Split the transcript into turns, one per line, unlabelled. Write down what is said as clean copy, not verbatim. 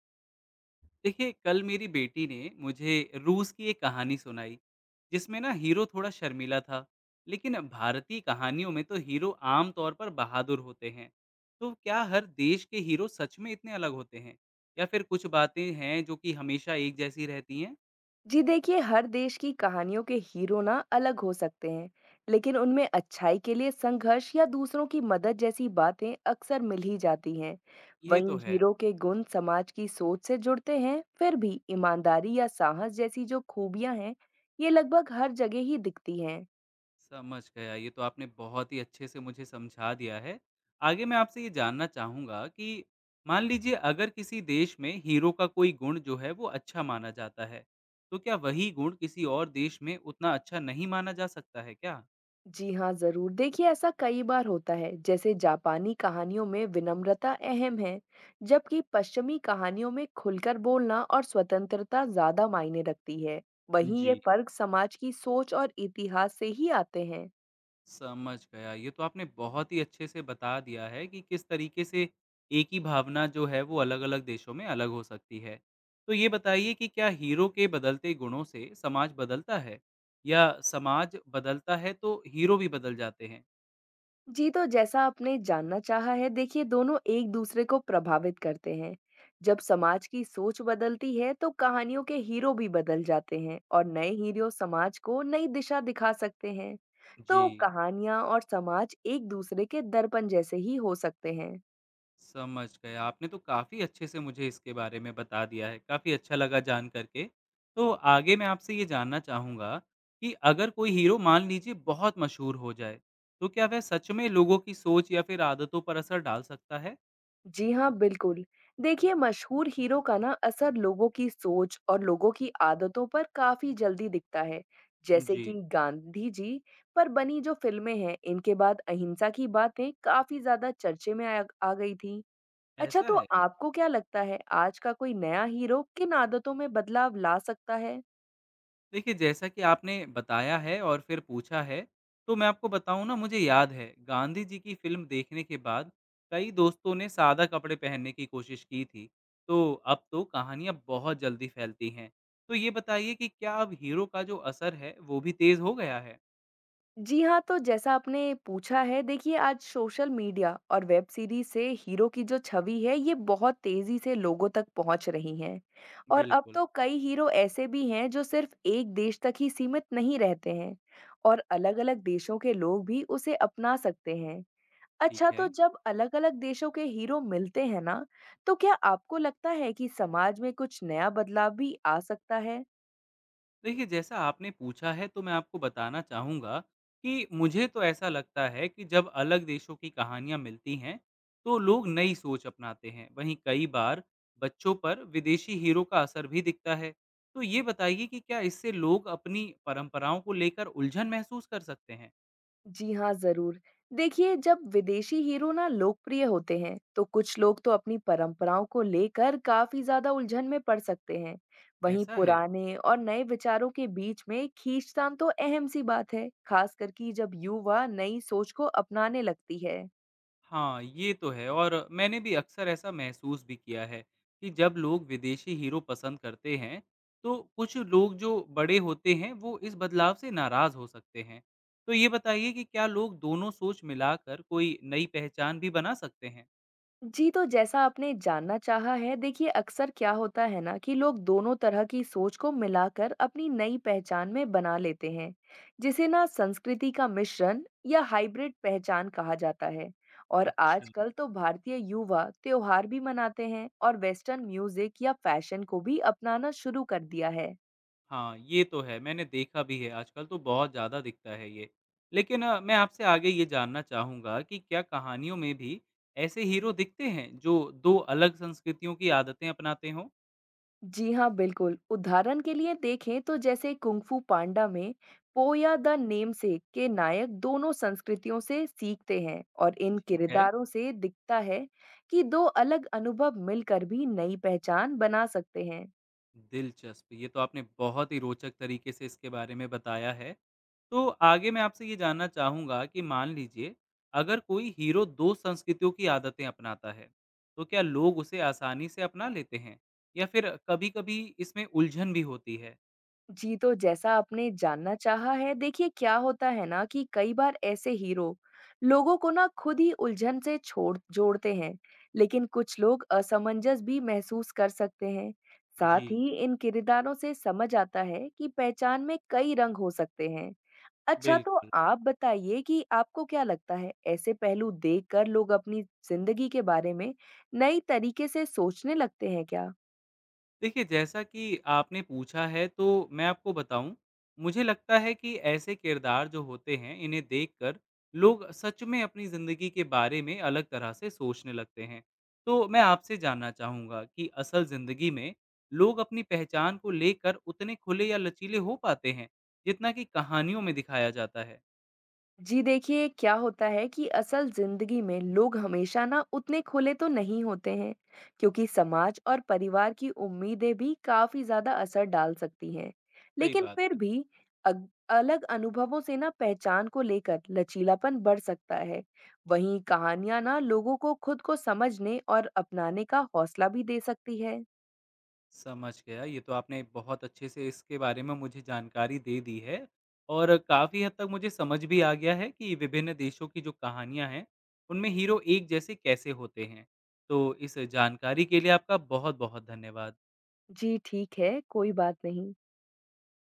देखिए, कल मेरी बेटी ने मुझे रूस की एक कहानी सुनाई, जिसमें ना हीरो थोड़ा शर्मीला था। लेकिन भारतीय कहानियों में तो हीरो आम तौर पर बहादुर होते हैं। तो क्या हर देश के हीरो सच में इतने अलग होते हैं, या फिर कुछ बातें हैं जो कि हमेशा एक जैसी रहती हैं?
जी देखिए, हर देश की कहानियों के हीरो ना अलग हो सकते हैं। लेकिन उनमें अच्छाई के लिए संघर्ष या दूसरों की मदद जैसी बातें अक्सर मिल ही जाती हैं।
ये तो
वहीं
है।
हीरो के गुण समाज की सोच से जुड़ते हैं। फिर भी ईमानदारी या साहस जैसी जो खूबियां हैं, ये लगभग हर जगह ही दिखती हैं।
समझ गया। ये तो आपने बहुत ही अच्छे से मुझे समझा दिया है। आगे मैं आपसे ये जानना चाहूँगा कि मान लीजिए, अगर किसी देश में हीरो का कोई गुण जो है वो अच्छा माना जाता है, तो क्या वही गुण किसी और देश में उतना अच्छा नहीं माना जा सकता है क्या?
जी हाँ, ज़रूर। देखिए, ऐसा कई बार होता है, जैसे जापानी कहानियों में विनम्रता अहम है, जबकि पश्चिमी कहानियों में खुलकर बोलना और स्वतंत्रता ज़्यादा मायने रखती है। वहीं ये
जी।
फ़र्क समाज की सोच और इतिहास से ही आते हैं।
समझ गया। ये तो आपने बहुत ही अच्छे से बता दिया है कि किस तरीके से एक ही भावना जो है वो अलग-अलग देशों में अलग हो सकती है। तो ये बताइए कि क्या हीरो के बदलते गुणों से समाज बदलता है, या समाज बदलता है तो हीरो भी बदल जाते हैं?
जी, तो जैसा आपने जानना चाहा है, देखिए दोनों एक-दूसरे को प्रभावित करते हैं। जब समाज की सोच बदलती है, तो कहानियों के हीरो भी बदल जाते हैं और नए हीरो समाज को नई दिशा दिखा सकते हैं।
जी।
तो कहानियाँ और समाज एक-दूसरे के दर्पण जैसे ही हो सकते हैं।
समझ गए। आपने तो काफ़ी अच्छे से मुझे इसके बारे में बता दिया है, काफ़ी अच्छा लगा जान कर के। तो आगे मैं आपसे ये जानना चाहूँगा कि अगर कोई हीरो मान लीजिए बहुत मशहूर हो जाए, तो क्या वह सच में लोगों की सोच या फिर आदतों पर असर डाल सकता है?
जी हाँ, बिल्कुल। देखिए, मशहूर हीरो का ना असर लोगों की सोच और लोगों की आदतों पर काफ़ी जल्दी दिखता है। जैसे
जी।
कि गांधी जी पर बनी जो फ़िल्में हैं, इनके बाद अहिंसा की बातें काफ़ी ज़्यादा चर्चे में आया आ गई थीं। अच्छा,
ऐसा
तो
है?
आपको क्या लगता है, आज का कोई नया हीरो किन आदतों में बदलाव ला सकता है?
देखिए, जैसा कि आपने बताया है और फिर पूछा है, तो मैं आपको बताऊँ, ना मुझे याद है, गांधी जी की फ़िल्म देखने के बाद कई दोस्तों ने सादा कपड़े पहनने की कोशिश की थी। तो अब तो कहानियाँ बहुत जल्दी फैलती हैं। तो ये बताइए कि क्या अब हीरो का जो असर है, वो भी तेज़ हो गया है?
जी हाँ, तो जैसा आपने पूछा है, देखिए आज सोशल मीडिया और वेब सीरीज से हीरो की जो छवि है, ये बहुत तेजी से लोगों तक पहुंच रही है। और अब
बिल्कुल।
तो कई हीरो ऐसे भी हैं जो सिर्फ एक देश तक ही सीमित नहीं रहते हैं और अलग-अलग देशों के लोग भी उसे अपना सकते हैं।
ठीक
अच्छा,
है।
तो जब अलग-अलग देशों के हीरो मिलते हैं ना, तो क्या आपको लगता है कि समाज में कुछ नया बदलाव भी आ सकता है?
देखिए, जैसा आपने पूछा है तो मैं आपको बताना चाहूँगा कि मुझे तो ऐसा लगता है कि जब अलग देशों की कहानियाँ मिलती हैं, तो लोग नई सोच अपनाते हैं। वहीं कई बार बच्चों पर विदेशी हीरो का असर भी दिखता है। तो ये बताइए कि क्या इससे लोग अपनी परंपराओं को लेकर उलझन महसूस कर सकते हैं?
जी हाँ, ज़रूर। देखिए, जब विदेशी हीरो ना लोकप्रिय होते हैं, तो कुछ लोग तो अपनी परंपराओं को लेकर काफ़ी ज़्यादा उलझन में पड़ सकते हैं। वहीं
ऐसा है।
पुराने और नए विचारों के बीच में खींचतान तो अहम सी बात है, खासकर कि जब युवा नई सोच को अपनाने लगती है।
हाँ, ये तो है, और मैंने भी अक्सर ऐसा महसूस भी किया है कि जब लोग विदेशी हीरो पसंद करते हैं, तो कुछ लोग जो बड़े होते हैं, वो इस बदलाव से नाराज़ हो सकते हैं। तो ये बताइए कि क्या लोग दोनों सोच मिलाकर कोई नई पहचान भी बना सकते हैं?
जी, तो जैसा आपने जानना चाहा है, देखिए अक्सर क्या होता है ना कि लोग दोनों तरह की सोच को मिलाकर अपनी नई पहचान में बना लेते हैं, जिसे ना संस्कृति का मिश्रण या हाइब्रिड पहचान कहा जाता है। और
अच्छा।
आजकल तो भारतीय युवा त्योहार भी मनाते हैं और वेस्टर्न म्यूजिक या फैशन को भी अपनाना शुरू कर दिया है।
हाँ, ये तो है। मैंने देखा भी है, आजकल तो बहुत ज़्यादा दिखता है ये। लेकिन मैं आपसे आगे ये जानना चाहूँगा कि क्या कहानियों में भी ऐसे हीरो दिखते हैं, जो 2 अलग संस्कृतियों की आदतें अपनाते हों?
जी हाँ, बिल्कुल। उदाहरण के लिए देखें तो जैसे कुंग फू पांडा में पो या द नेमसेक के नायक दोनों संस्कृतियों से सीखते हैं और इन
ठीक है,
किरदारों से दिखता है कि दो अलग अनुभव मिलकर भी नई पहचान बना सकते हैं।
दिलचस्प। ये तो आपने बहुत ही रोचक तरीके से इसके बारे में बताया है। तो आगे मैं आपसे ये जानना चाहूँगा कि मान लीजिए, अगर कोई हीरो 2 संस्कृतियों की आदतें अपनाता है, तो क्या लोग उसे आसानी से अपना लेते हैं, या फिर कभी-कभी इसमें उलझन भी होती है?
जी, तो जैसा आपने जानना चाहा है, देखिए क्या होता है ना कि कई बार ऐसे हीरो लोगों को ना खुद ही उलझन से छोड़ जोड़ते हैं, लेकिन कुछ लोग असमंजस भी महसूस कर सकते हैं। साथ
जी,
ही इन किरदारों से समझ आता है कि पहचान में कई रंग हो सकते हैं। अच्छा, तो
बिल्कुल।
आप बताइए कि आपको क्या लगता है, ऐसे पहलू देखकर लोग अपनी जिंदगी के बारे में नई तरीके से सोचने लगते हैं क्या?
देखिए, जैसा कि आपने पूछा है तो मैं आपको बताऊँ, मुझे लगता है कि ऐसे किरदार जो होते हैं इन्हें देखकर लोग सच में अपनी ज़िंदगी के बारे में अलग तरह से सोचने लगते हैं। तो मैं आपसे जानना चाहूँगा कि असल ज़िंदगी में लोग अपनी पहचान को लेकर उतने खुले या लचीले हो पाते हैं, जितना कि कहानियों में दिखाया जाता है?
जी देखिए, क्या होता है कि असल जिंदगी में लोग हमेशा ना उतने खुले तो नहीं होते हैं, क्योंकि समाज और परिवार की उम्मीदें भी काफी ज्यादा असर डाल सकती हैं।
सही
लेकिन
बात
फिर
है।
भी अलग अनुभवों से ना पहचान को लेकर लचीलापन बढ़ सकता है। वहीं कहानियां ना लोगों को खुद को समझने और अपनाने का हौसला भी दे सकती है।
समझ गया। ये तो आपने बहुत अच्छे से इसके बारे में मुझे जानकारी दे दी है, और काफ़ी हद तक मुझे समझ भी आ गया है कि विभिन्न देशों की जो कहानियाँ हैं, उनमें हीरो एक जैसे कैसे होते हैं। तो इस जानकारी के लिए आपका बहुत-बहुत धन्यवाद।
जी ठीक है, कोई बात नहीं।